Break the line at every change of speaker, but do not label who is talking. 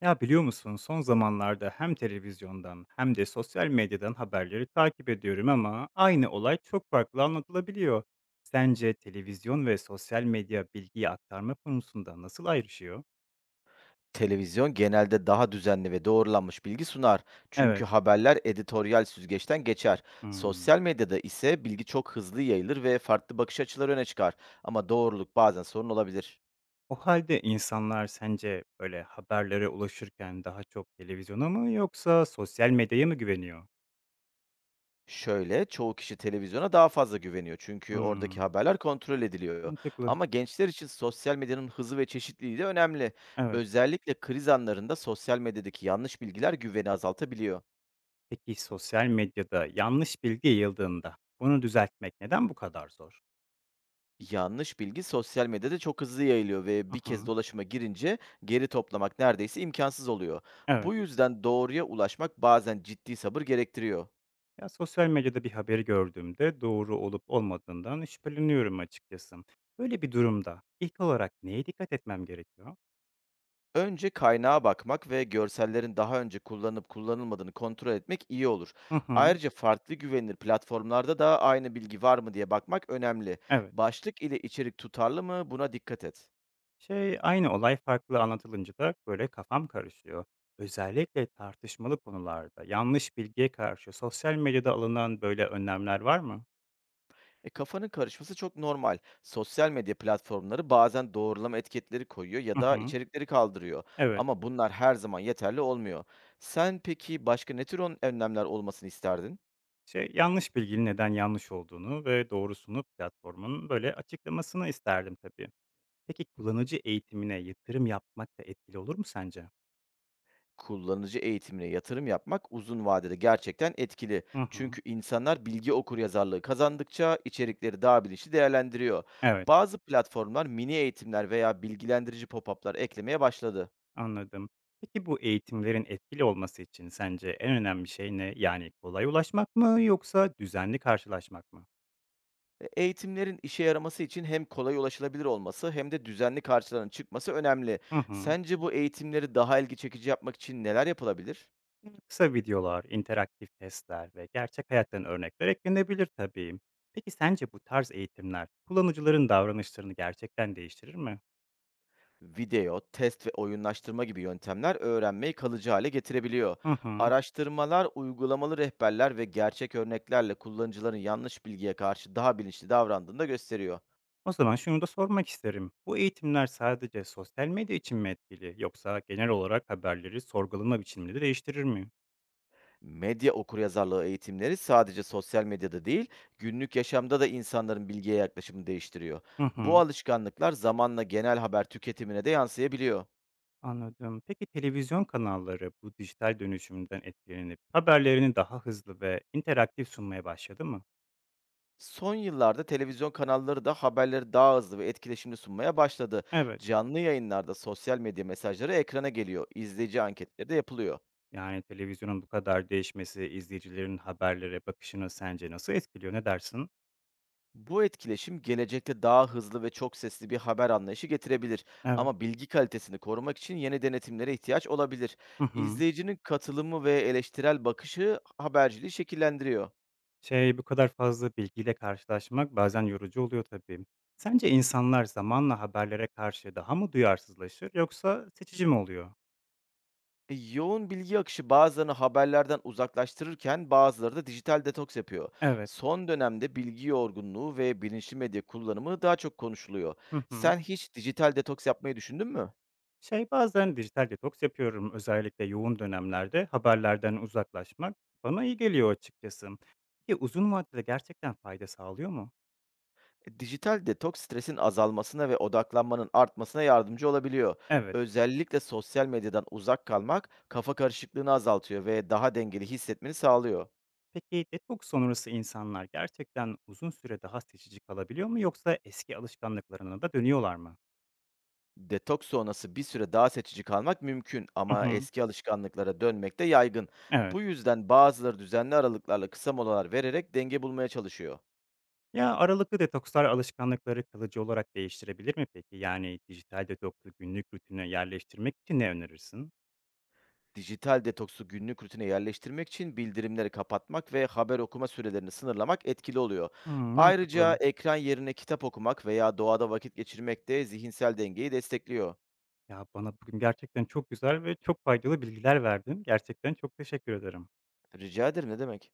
Ya biliyor musun, son zamanlarda hem televizyondan hem de sosyal medyadan haberleri takip ediyorum ama aynı olay çok farklı anlatılabiliyor. Sence televizyon ve sosyal medya bilgiyi aktarma konusunda nasıl ayrışıyor?
Televizyon genelde daha düzenli ve doğrulanmış bilgi sunar. Çünkü
Evet.
haberler editoryal süzgeçten geçer.
Hmm.
Sosyal medyada ise bilgi çok hızlı yayılır ve farklı bakış açıları öne çıkar. Ama doğruluk bazen sorun olabilir.
O halde insanlar sence böyle haberlere ulaşırken daha çok televizyona mı yoksa sosyal medyaya mı güveniyor?
Şöyle, çoğu kişi televizyona daha fazla güveniyor çünkü oradaki
Hmm.
haberler kontrol ediliyor.
Mantıklı.
Ama gençler için sosyal medyanın hızı ve çeşitliliği de önemli.
Evet.
Özellikle kriz anlarında sosyal medyadaki yanlış bilgiler güveni azaltabiliyor.
Peki sosyal medyada yanlış bilgi yayıldığında bunu düzeltmek neden bu kadar zor?
Yanlış bilgi sosyal medyada çok hızlı yayılıyor ve bir kez
Aha,
dolaşıma girince geri toplamak neredeyse imkansız oluyor.
evet.
Bu yüzden doğruya ulaşmak bazen ciddi sabır gerektiriyor.
Ya, sosyal medyada bir haberi gördüğümde doğru olup olmadığından şüpheleniyorum açıkçası. Böyle bir durumda ilk olarak neye dikkat etmem gerekiyor?
Önce kaynağa bakmak ve görsellerin daha önce kullanıp kullanılmadığını kontrol etmek iyi olur.
Hı hı,
Ayrıca farklı güvenilir platformlarda da aynı bilgi var mı diye bakmak önemli.
evet.
Başlık ile içerik tutarlı mı buna dikkat et.
Şey, aynı olay farklı anlatılınca da böyle kafam karışıyor. Özellikle tartışmalı konularda yanlış bilgiye karşı sosyal medyada alınan böyle önlemler var mı?
Kafanın karışması çok normal. Sosyal medya platformları bazen doğrulama etiketleri koyuyor ya
Hı
da
hı,
içerikleri kaldırıyor.
evet.
Ama bunlar her zaman yeterli olmuyor. Sen peki başka ne tür önlemler olmasını isterdin?
Şey, yanlış bilginin neden yanlış olduğunu ve doğrusunu platformun böyle açıklamasını isterdim tabii. Peki kullanıcı eğitimine yatırım yapmak da etkili olur mu sence?
Kullanıcı eğitimine yatırım yapmak uzun vadede gerçekten etkili.
Hı hı.
Çünkü insanlar bilgi okuryazarlığı kazandıkça içerikleri daha bilinçli değerlendiriyor.
Evet,
Bazı platformlar mini eğitimler veya bilgilendirici pop-up'lar eklemeye başladı.
anladım. Peki bu eğitimlerin etkili olması için sence en önemli şey ne? Yani kolay ulaşmak mı yoksa düzenli karşılaşmak mı?
Eğitimlerin işe yaraması için hem kolay ulaşılabilir olması hem de düzenli karşılarının çıkması önemli.
Hı hı.
Sence bu eğitimleri daha ilgi çekici yapmak için neler yapılabilir?
Kısa videolar, interaktif testler ve gerçek hayattan örnekler eklenebilir tabii. Peki sence bu tarz eğitimler kullanıcıların davranışlarını gerçekten değiştirir mi?
Video, test ve oyunlaştırma gibi yöntemler öğrenmeyi kalıcı hale getirebiliyor.
Hı hı.
Araştırmalar, uygulamalı rehberler ve gerçek örneklerle kullanıcıların yanlış bilgiye karşı daha bilinçli davrandığını da gösteriyor.
O zaman şunu da sormak isterim. Bu eğitimler sadece sosyal medya için mi etkili yoksa genel olarak haberleri sorgulama biçimini de değiştirir mi?
Medya okuryazarlığı eğitimleri sadece sosyal medyada değil, günlük yaşamda da insanların bilgiye yaklaşımını değiştiriyor.
Hı
Bu
hı,
alışkanlıklar zamanla genel haber tüketimine de yansıyabiliyor.
anladım. Peki televizyon kanalları bu dijital dönüşümden etkilenip haberlerini daha hızlı ve interaktif sunmaya başladı mı?
Son yıllarda televizyon kanalları da haberleri daha hızlı ve etkileşimli sunmaya başladı.
Evet.
Canlı yayınlarda sosyal medya mesajları ekrana geliyor, izleyici anketleri de yapılıyor.
Yani televizyonun bu kadar değişmesi izleyicilerin haberlere bakışını sence nasıl etkiliyor? Ne dersin?
Bu etkileşim gelecekte daha hızlı ve çok sesli bir haber anlayışı getirebilir.
Evet.
Ama bilgi kalitesini korumak için yeni denetimlere ihtiyaç olabilir.
Hı hı.
İzleyicinin katılımı ve eleştirel bakışı haberciliği şekillendiriyor.
Şey, bu kadar fazla bilgiyle karşılaşmak bazen yorucu oluyor tabii. Sence insanlar zamanla haberlere karşı daha mı duyarsızlaşır yoksa seçici mi oluyor?
Yoğun bilgi akışı bazılarını haberlerden uzaklaştırırken bazıları da dijital detoks yapıyor.
Evet.
Son dönemde bilgi yorgunluğu ve bilinçli medya kullanımı daha çok konuşuluyor.
Hı hı.
Sen hiç dijital detoks yapmayı düşündün mü?
Şey, bazen dijital detoks yapıyorum, özellikle yoğun dönemlerde haberlerden uzaklaşmak bana iyi geliyor açıkçası. Peki uzun vadede gerçekten fayda sağlıyor mu?
Dijital detoks stresin azalmasına ve odaklanmanın artmasına yardımcı olabiliyor.
Evet.
Özellikle sosyal medyadan uzak kalmak kafa karışıklığını azaltıyor ve daha dengeli hissetmeni sağlıyor.
Peki detoks sonrası insanlar gerçekten uzun süre daha seçici kalabiliyor mu yoksa eski alışkanlıklarına da dönüyorlar mı?
Detoks sonrası bir süre daha seçici kalmak mümkün
Hı
ama
hı.
eski alışkanlıklara dönmek de yaygın.
Evet.
Bu yüzden bazıları düzenli aralıklarla kısa molalar vererek denge bulmaya çalışıyor.
Ya, aralıklı detokslar alışkanlıkları kalıcı olarak değiştirebilir mi peki? Yani dijital detoksu günlük rutine yerleştirmek için ne önerirsin?
Dijital detoksu günlük rutine yerleştirmek için bildirimleri kapatmak ve haber okuma sürelerini sınırlamak etkili oluyor.
Hımm,
Ayrıca
mantıklı.
ekran yerine kitap okumak veya doğada vakit geçirmek de zihinsel dengeyi destekliyor.
Ya, bana bugün gerçekten çok güzel ve çok faydalı bilgiler verdin. Gerçekten çok teşekkür ederim.
Rica ederim ne demek?